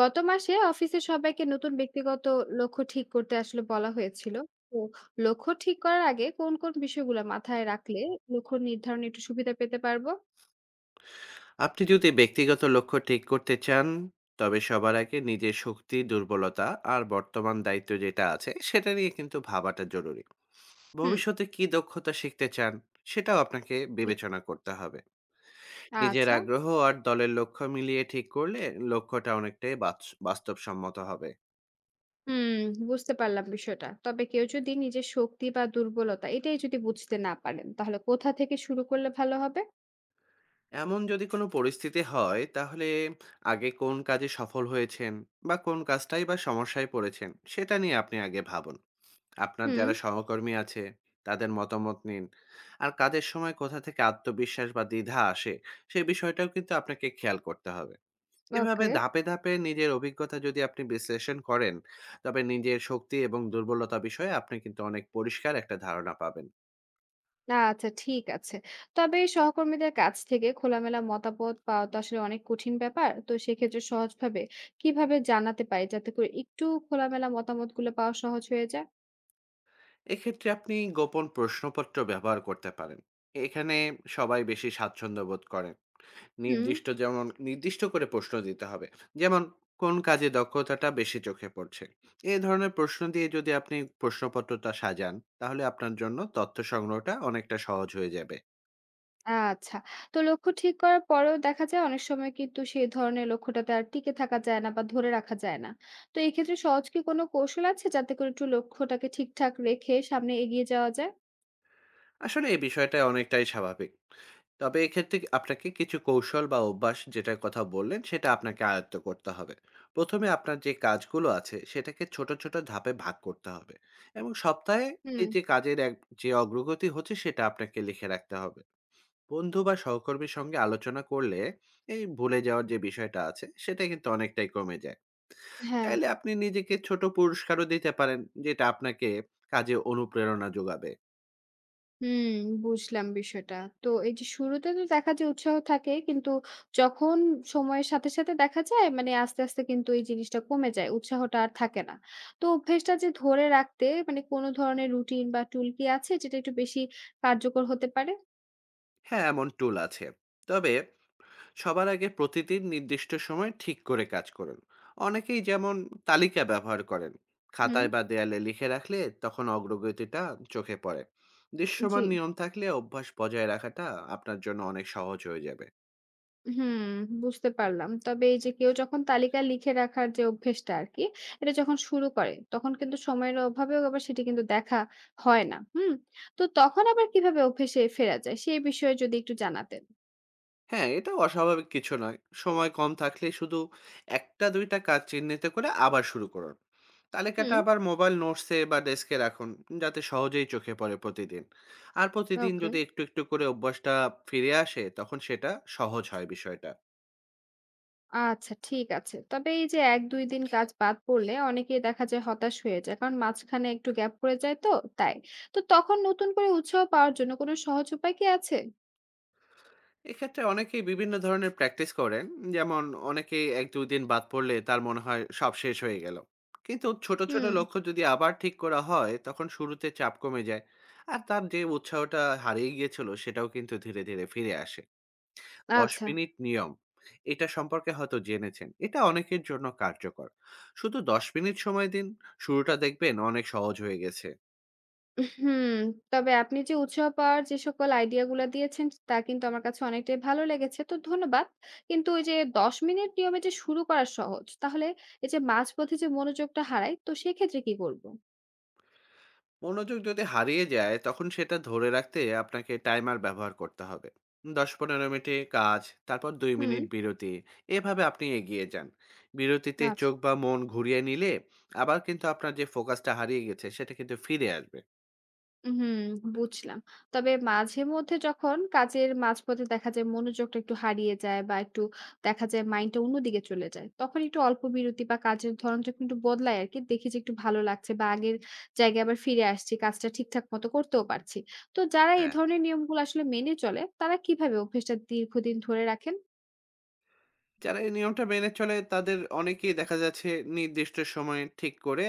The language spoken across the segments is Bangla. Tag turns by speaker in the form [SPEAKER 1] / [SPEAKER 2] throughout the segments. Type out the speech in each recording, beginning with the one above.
[SPEAKER 1] গত মাসে অফিসের সবাইকে নতুন ব্যক্তিগত লক্ষ্য ঠিক করতে আসলে বলা হয়েছিল, তো লক্ষ্য ঠিক করার আগে কোন কোন বিষয়গুলো মাথায় রাখলে লক্ষ্য নির্ধারণে একটু সুবিধা পেতে পারবো?
[SPEAKER 2] আপনি যদি ব্যক্তিগত লক্ষ্য ঠিক করতে চান তবে সবার আগে নিজের শক্তি দুর্বলতা আর বর্তমান দায়িত্ব যেটা আছে সেটা নিয়ে কিন্তু ভাবাটা জরুরি।
[SPEAKER 1] হুম।
[SPEAKER 2] ভবিষ্যতে কি দক্ষতা শিখতে চান সেটাও আপনাকে
[SPEAKER 1] জি।
[SPEAKER 2] বিবেচনা করতে হবে। নিজের
[SPEAKER 1] আচ্ছা।
[SPEAKER 2] আগ্রহ আর দলের লক্ষ্য মিলিয়ে ঠিক করলে লক্ষ্যটা অনেকটাই বাস্তবসম্মত হবে।
[SPEAKER 1] হুম। বুঝতে পারলাম বিষয়টা, তবে কেউ যদি নিজের শক্তি বা দুর্বলতা এটাই যদি বুঝতে না পারেন তাহলে কোথা থেকে শুরু করলে ভালো হবে?
[SPEAKER 2] এমন যদি কোনো পরিস্থিতি হয় তাহলে আগে কোন কাজে সফল হয়েছেন বা কোন কাজটাই বা সমস্যায় পড়েছেন সেটা নিয়ে আপনি আগে ভাবুন। আপনার
[SPEAKER 1] হুম।
[SPEAKER 2] যারা সহকর্মী আছে তাদের মতামত নিন। আর কাজের সময় কোথা থেকে আত্মবিশ্বাস বা দ্বিধা আসে সেই বিষয়টাও কিন্তু আপনাকে খেয়াল করতে হবে। এভাবে
[SPEAKER 1] ওকে।
[SPEAKER 2] ধাপে ধাপে নিজের অভিজ্ঞতা যদি আপনি বিশ্লেষণ করেন তবে নিজের শক্তি এবং দুর্বলতা বিষয়ে আপনি কিন্তু অনেক পরিষ্কার একটা ধারণা পাবেন।
[SPEAKER 1] না, আচ্ছা ঠিক আছে। তবে সহকর্মীদের কাছ থেকে খোলামেলা মতামত পাওয়া তো আসলে অনেক কঠিন ব্যাপার। তো সেক্ষেত্রে সহজভাবে কিভাবে জানাতে পারি যাতে করে একটু খোলামেলা মতামতগুলো পাওয়া সহজ হয়ে যায়?
[SPEAKER 2] এক্ষেত্রে আপনি গোপন প্রশ্নপত্র ব্যবহার করতে পারেন। এখানে সবাই বেশি স্বাচ্ছন্দ্য বোধ করেন।
[SPEAKER 1] হুম।
[SPEAKER 2] নির্দিষ্ট করে প্রশ্ন দিতে হবে। যেমন, "কোন কাজে দক্ষতাটা বেশি চোখে পড়ছে?" এ ধরনের প্রশ্ন দিয়ে যদি আপনি প্রশ্নপত্রটা সাজান, তাহলে আপনার জন্য তথ্য সংগ্রহটা অনেকটা সহজ হয়ে যাবে।
[SPEAKER 1] আচ্ছা। তো লক্ষ্য ঠিক করার পরেও দেখা যায় অনেক সময় কিন্তু সেই ধরনের লক্ষ্যটাতে আর টিকে থাকা যায় না বা ধরে রাখা যায় না। তো এই ক্ষেত্রে সহজ কি কোনো কৌশল আছে যাতে করে একটু লক্ষ্যটাকে ঠিকঠাক রেখে সামনে এগিয়ে যাওয়া যায়?
[SPEAKER 2] আসলে এই বিষয়টা অনেকটাই স্বাভাবিক। তবে এক্ষেত্রে আপনাকে কিছু কৌশল বা অভ্যাস যেটার কথা বললেন, সেটা আপনাকে আয়ত্ত করতে হবে। ১ম এ আপনার যে কাজগুলো আছে, সেটাকে ছোট, ছোট ধাপে ভাগ করতে হবে এবং সপ্তাহে
[SPEAKER 1] হুম।
[SPEAKER 2] এই যে কাজের এক যে অগ্রগতি হচ্ছে, সেটা আপনাকে লিখে রাখতে হবে। বন্ধু বা সহকর্মীর সঙ্গে আলোচনা করলে এই ভুলে যাওয়ার যে বিষয়টা আছে সেটা কিন্তু অনেকটাই কমে যায়।
[SPEAKER 1] হ্যাঁ।
[SPEAKER 2] চাইলে আপনি নিজেকে ছোট পুরস্কারও দিতে পারেন, যেটা আপনাকে কাজে অনুপ্রেরণা যোগাবে।
[SPEAKER 1] হুম, বুঝলাম বিষয়টা। তো এই যে শুরুতে তো দেখা যায় উৎসাহ থাকে, কিন্তু যখন সময়ের সাথে, সাথে দেখা যায় মানে আস্তে, আস্তে কিন্তু এই জিনিসটা কমে যায়। উৎসাহটা আর থাকে না। তো অভ্যাসটা যে ধরে রাখতে মানে কোন ধরনের রুটিন বা টুল কি আছে যেটা একটু বেশি কার্যকর হতে পারে?
[SPEAKER 2] হ্যাঁ, এমন টুল আছে। তবে সবার আগে প্রতিদিন নির্দিষ্ট সময় ঠিক করে কাজ করুন। অনেকেই যেমন তালিকা ব্যবহার করেন,
[SPEAKER 1] হুম,
[SPEAKER 2] খাতায় বা দেয়ালে লিখে রাখলে তখন অগ্রগতিটা চোখে পড়ে।
[SPEAKER 1] জি।
[SPEAKER 2] দৃশ্যমান নিয়ম থাকলে অভ্যাস বজায় রাখাটা আপনার জন্য অনেক সহজ হয়ে যাবে।
[SPEAKER 1] হুম, বুঝতে পারলাম। তবে এই যে কেউ যখন তালিকা লিখে রাখার যে অভ্যেসটা আরকি, এটা যখন শুরু করে তখন কিন্তু সময়ের অভাবেও আবার সেটি কিন্তু দেখা হয় না। হুম? তো তখন আবার কিভাবে অভ্যেসে ফেরা যায় সেই বিষয়ে যদি একটু জানাতেন।
[SPEAKER 2] হ্যাঁ, এটা অস্বাভাবিক কিছু নয়। সময় কম থাকলে শুধু ১টা ২টা কাজ চিহ্নিত করে আবার শুরু করুন। তালিকাটা
[SPEAKER 1] হুম।
[SPEAKER 2] আবার মোবাইল নোটসে বা ডেস্কে রাখুন, যাতে সহজেই চোখে পড়ে প্রতিদিন। আর প্রতিদিন
[SPEAKER 1] ওকে।
[SPEAKER 2] যদি একটু, একটু করে অভ্যাসটা ফিরে আসে, তখন সেটা সহজ হয় বিষয়টা।
[SPEAKER 1] আচ্ছা ঠিক আছে। তবে এই যে ১-২ দিন কাজ বাদ পড়লে অনেকেই দেখা যায় হতাশ হয়ে যায়। কারণ মাঝখানে একটু গ্যাপ পড়ে যায়, তো তাই। তো তখন নতুন করে উৎসাহ পাওয়ার জন্য কোনো সহজ উপায় কি আছে?
[SPEAKER 2] এক্ষেত্রে অনেকেই বিভিন্ন ধরনের প্র্যাকটিস করেন। যেমন অনেকেই এক দুই দিন বাদ পড়লে তার মনে হয় সব শেষ হয়ে গেল, কিন্তু ছোট ছোট
[SPEAKER 1] হুম,
[SPEAKER 2] লক্ষ্য যদি আবার ঠিক করা হয় তখন শুরুতে চাপ কমে যায়। আর তার যে উৎসাহটা হারিয়ে গিয়েছিল সেটাও কিন্তু ধীরে ধীরে ফিরে আসে। দশ
[SPEAKER 1] আচ্ছা।
[SPEAKER 2] মিনিট নিয়ম, এটা সম্পর্কে হয়তো জেনেছেন, এটা অনেকের জন্য কার্যকর। শুধু ১০ মিনিট সময় দিন, শুরুটা দেখবেন অনেক সহজ হয়ে গেছে।
[SPEAKER 1] হুম, তবে আপনি যে উৎসাহ পাওয়ার যে সকল আইডিয়া গুলা দিয়েছেন তা কিন্তু আমার কাছে অনেকটাই ভালো লেগেছে। তো ধন্যবাদ। কিন্তু ওই যে ১০ মিনিট নিয়মে যে শুরু করা সহজ। তাহলে এই যে মাঝপথে যে মনোযোগটা হারাই, তো সেক্ষেত্রে কি করব?
[SPEAKER 2] মনোযোগ যদি হারিয়ে যায় তখন সেটা ধরে রাখতে আপনাকে টাইমার ব্যবহার করতে হবে। ১০-১৫ মিনিটে কাজ, তারপর দুই
[SPEAKER 1] হুম,
[SPEAKER 2] মিনিট বিরতি। এভাবে আপনি এগিয়ে যান। বিরতিতে
[SPEAKER 1] আচ্ছা।
[SPEAKER 2] চোখ বা মন ঘুরিয়ে নিলে আবার কিন্তু আপনার যে ফোকাসটা হারিয়ে গেছে সেটা কিন্তু ফিরে আসবে।
[SPEAKER 1] হুম, বুঝলাম। তবে মাঝে মধ্যে যখন কাজের মাঝপথে দেখা যায় মনোযোগটা একটু হারিয়ে যায় বা একটু দেখা যায় মাইন্ডটা অন্যদিকে চলে যায়। তখন একটু অল্প বিরতি বা কাজের ধরনটা কিন্তু বদলাই আরকি। দেখি যে একটু ভালো লাগছে বা আগের জায়গায় আবার ফিরে আসছি। কাজটা ঠিকঠাক মতো করতেও পারছি। তো যারা এ ধরনের নিয়মগুলো আসলে মেনে চলে তারা কিভাবে অভ্যেসটা দীর্ঘদিন ধরে রাখেন?
[SPEAKER 2] যারা এই নিয়মটা মেনে চলে তাদের অনেকেই দেখা যাচ্ছে নির্দিষ্ট সময় ঠিক করে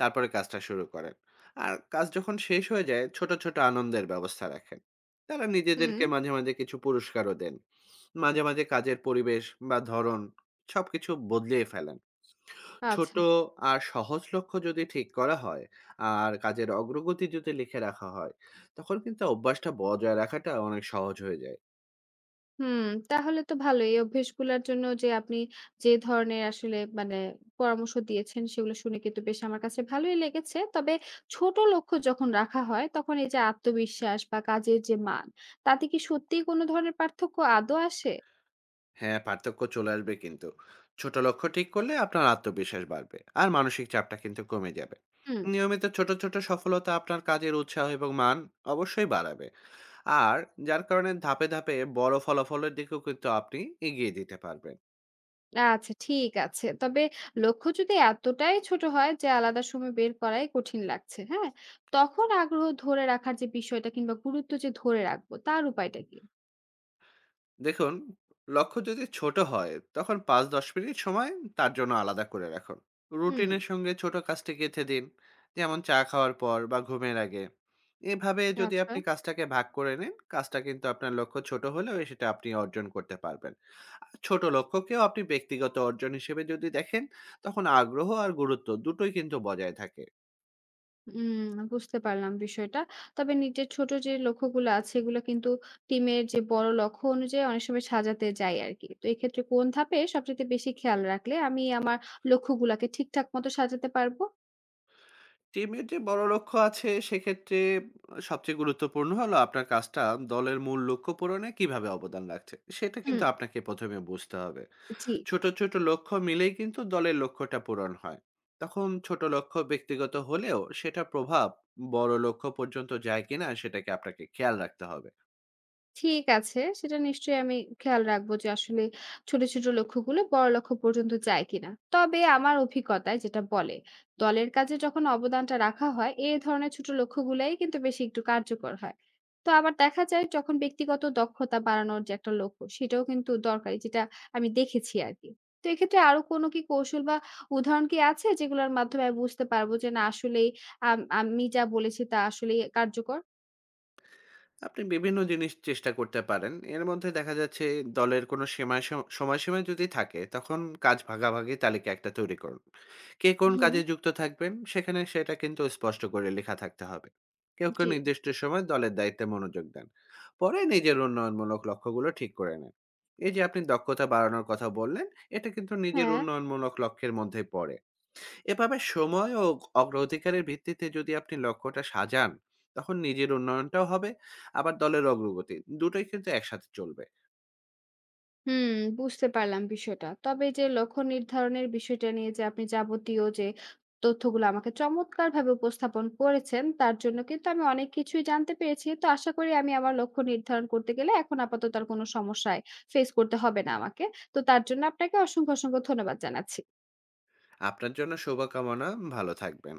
[SPEAKER 2] তারপরে কাজটা শুরু করেন। আর কাজ যখন শেষ হয়ে যায় ছোট ছোট আনন্দের ব্যবস্থা রাখেন। তারা
[SPEAKER 1] হুম।
[SPEAKER 2] নিজেদেরকে মাঝে মাঝে কিছু পুরস্কারও দেন। মাঝে মাঝে কাজের পরিবেশ বা ধরন সবকিছু বদলিয়ে ফেলেন।
[SPEAKER 1] আচ্ছা।
[SPEAKER 2] ছোট আর সহজ লক্ষ্য যদি ঠিক করা হয়, আর কাজের অগ্রগতি যদি লিখে রাখা হয়, তখন কিন্তু অভ্যাসটা বজায় রাখাটা অনেক সহজ হয়ে যায়।
[SPEAKER 1] হুম, তাহলে তো ভালোই। এই অভ্যাসগুলার জন্য যে আপনি যে ধরনের আসলে মানে পরামর্শ দিয়েছেন সেগুলো শুনে কিন্তু বেশ আমার কাছে ভালোই লেগেছে। তবে ছোট লক্ষ্য যখন রাখা হয় তখন এই যে আত্মবিশ্বাস বা কাজের যে মান, তাতে কি সত্যিই কোনো ধরনের পার্থক্য আদৌ আসে?
[SPEAKER 2] হ্যাঁ, পার্থক্য চলে আসবে কিন্তু। ছোট লক্ষ্য ঠিক করলে আপনার আত্মবিশ্বাস বাড়বে। আর মানসিক চাপটা কিন্তু কমে যাবে।
[SPEAKER 1] হুম,
[SPEAKER 2] নিয়মিত ছোট, ছোট সফলতা আপনার কাজের উৎসাহ এবং মান অবশ্যই বাড়াবে। আর যার কারণে ধাপে, ধাপে বড় ফলাফলের দিকেও কিন্তু আপনি এগিয়ে যেতে পারবেন।
[SPEAKER 1] আচ্ছা ঠিক আছে। তবে লক্ষ্য যদি এতটাই ছোট হয় যে আলাদা সময় বের করাই কঠিন লাগছে, হ্যাঁ? তখন আগ্রহ ধরে রাখার যে বিষয়টা কিংবা গুরুত্ব যে ধরে রাখবো তার উপায়টা কি?
[SPEAKER 2] দেখুন, লক্ষ্য যদি ছোট হয় তখন ৫-১০ মিনিট সময় তার জন্য আলাদা করে রাখুন।
[SPEAKER 1] হুম,
[SPEAKER 2] রুটিনের সঙ্গে ছোট কাজটি গেঁথে দিন। যেমন চা খাওয়ার পর বা ঘুমের আগে। এভাবে যদি
[SPEAKER 1] আচ্ছা।
[SPEAKER 2] আপনি কাজটাকে ভাগ করে নেন, কাজটা কিন্তু আপনার লক্ষ্য ছোট হলেও সেটা আপনি অর্জন করতে পারবেন। আর ছোট লক্ষ্যকেও আপনি ব্যক্তিগত অর্জন হিসেবে যদি দেখেন, তখন আগ্রহ আর গুরুত্ব দুটোই কিন্তু বজায় থাকে।
[SPEAKER 1] উম, বুঝতে পারলাম বিষয়টা। তবে নিজের ছোট যে লক্ষ্যগুলো আছে এগুলো কিন্তু টিমের যে বড় লক্ষ্য অনুযায়ী অনেক সময় সাজাতে যাই আরকি। তো এক্ষেত্রে কোন ধাপে সবচাইতে বেশি খেয়াল রাখলে আমি আমার লক্ষ্যগুলাকে ঠিকঠাক মতো সাজাতে পারবো?
[SPEAKER 2] টিমের যে বড় লক্ষ্য আছে সেক্ষেত্রে সবচেয়ে গুরুত্বপূর্ণ হলো আপনার কাজটা দলের মূল লক্ষ্য পূরণে কিভাবে অবদান রাখছে সেটা
[SPEAKER 1] হুম,
[SPEAKER 2] কিন্তু আপনাকে প্রথমে বুঝতে হবে।
[SPEAKER 1] জি।
[SPEAKER 2] ছোট ছোট লক্ষ্য মিলেই কিন্তু দলের লক্ষ্যটা পূরণ হয়। তখন ছোট লক্ষ্য ব্যক্তিগত হলেও সেটা প্রভাব বড় লক্ষ্য পর্যন্ত যায় কিনা সেটাকে আপনাকে খেয়াল রাখতে হবে।
[SPEAKER 1] ঠিক আছে। সেটা নিশ্চয়ই আমি খেয়াল রাখবো যে আসলে ছোট, ছোট লক্ষ্যগুলো বড় লক্ষ্য পর্যন্ত যায় কিনা। তবে আমার অভিজ্ঞতায় যেটা বলে, দলের কাজে যখন অবদানটা রাখা হয়, এ ধরনের ছোট লক্ষ্যগুলাই কিন্তু বেশি একটু কার্যকর হয়। তো আবার দেখা যায় যখন ব্যক্তিগত দক্ষতা বাড়ানোর যে একটা লক্ষ্য, সেটাও কিন্তু দরকারি, যেটা আমি দেখেছি আরকি। তো এক্ষেত্রে আরো কোনো কি কৌশল বা উদাহরণ কি আছে যেগুলোর মাধ্যমে আমি বুঝতে পারবো যে না আসলেই আমি যা বলেছি তা আসলেই কার্যকর?
[SPEAKER 2] আপনি বিভিন্ন জিনিস চেষ্টা করতে পারেন। এর মধ্যে দেখা যাচ্ছে দলের কোনো সীমায় স সময়সীমা যদি থাকে, তখন কাজ ভাগাভাগি তালিকা একটা তৈরি করুন। কে কোন
[SPEAKER 1] হুম,
[SPEAKER 2] কাজে যুক্ত থাকবেন, সেখানে সেটা কিন্তু স্পষ্ট করে লেখা থাকতে হবে। কেউ, কেউ
[SPEAKER 1] জি।
[SPEAKER 2] নির্দিষ্ট সময় দলের দায়িত্বে মনোযোগ দেন। পরে নিজের উন্নয়নমূলক লক্ষ্যগুলো ঠিক করে নেন। এই যে আপনি দক্ষতা বাড়ানোর কথা বললেন, এটা কিন্তু নিজের
[SPEAKER 1] হ্যাঁ।
[SPEAKER 2] উন্নয়নমূলক লক্ষ্যের মধ্যেই পড়ে। এভাবে সময় ও অগ্রাধিকারের ভিত্তিতে যদি আপনি লক্ষ্যটা সাজান তখন নিজের উন্নয়নটাও হবে, আবার দলের অগ্রগতি দুটোই কিন্তু একসাথে চলবে।
[SPEAKER 1] হুম, বুঝতে পারলাম বিষয়টা। তবে এই যে লক্ষ্য নির্ধারণের বিষয়টা নিয়ে যে আপনি যাবতীয় যে তথ্যগুলো আমাকে চমৎকারভাবে উপস্থাপন করেছেন তার জন্য কিন্তু আমি অনেক কিছুই জানতে পেরেছি। তো আশা করি আমি আমার লক্ষ্য নির্ধারণ করতে গেলে এখন আপাতত আর কোনো সমস্যায় ফেস করতে হবে না আমাকে। তো তার জন্য আপনাকে অসংখ্য, অসংখ্য ধন্যবাদ জানাচ্ছি।
[SPEAKER 2] আপনার জন্য শুভকামনা। ভালো থাকবেন।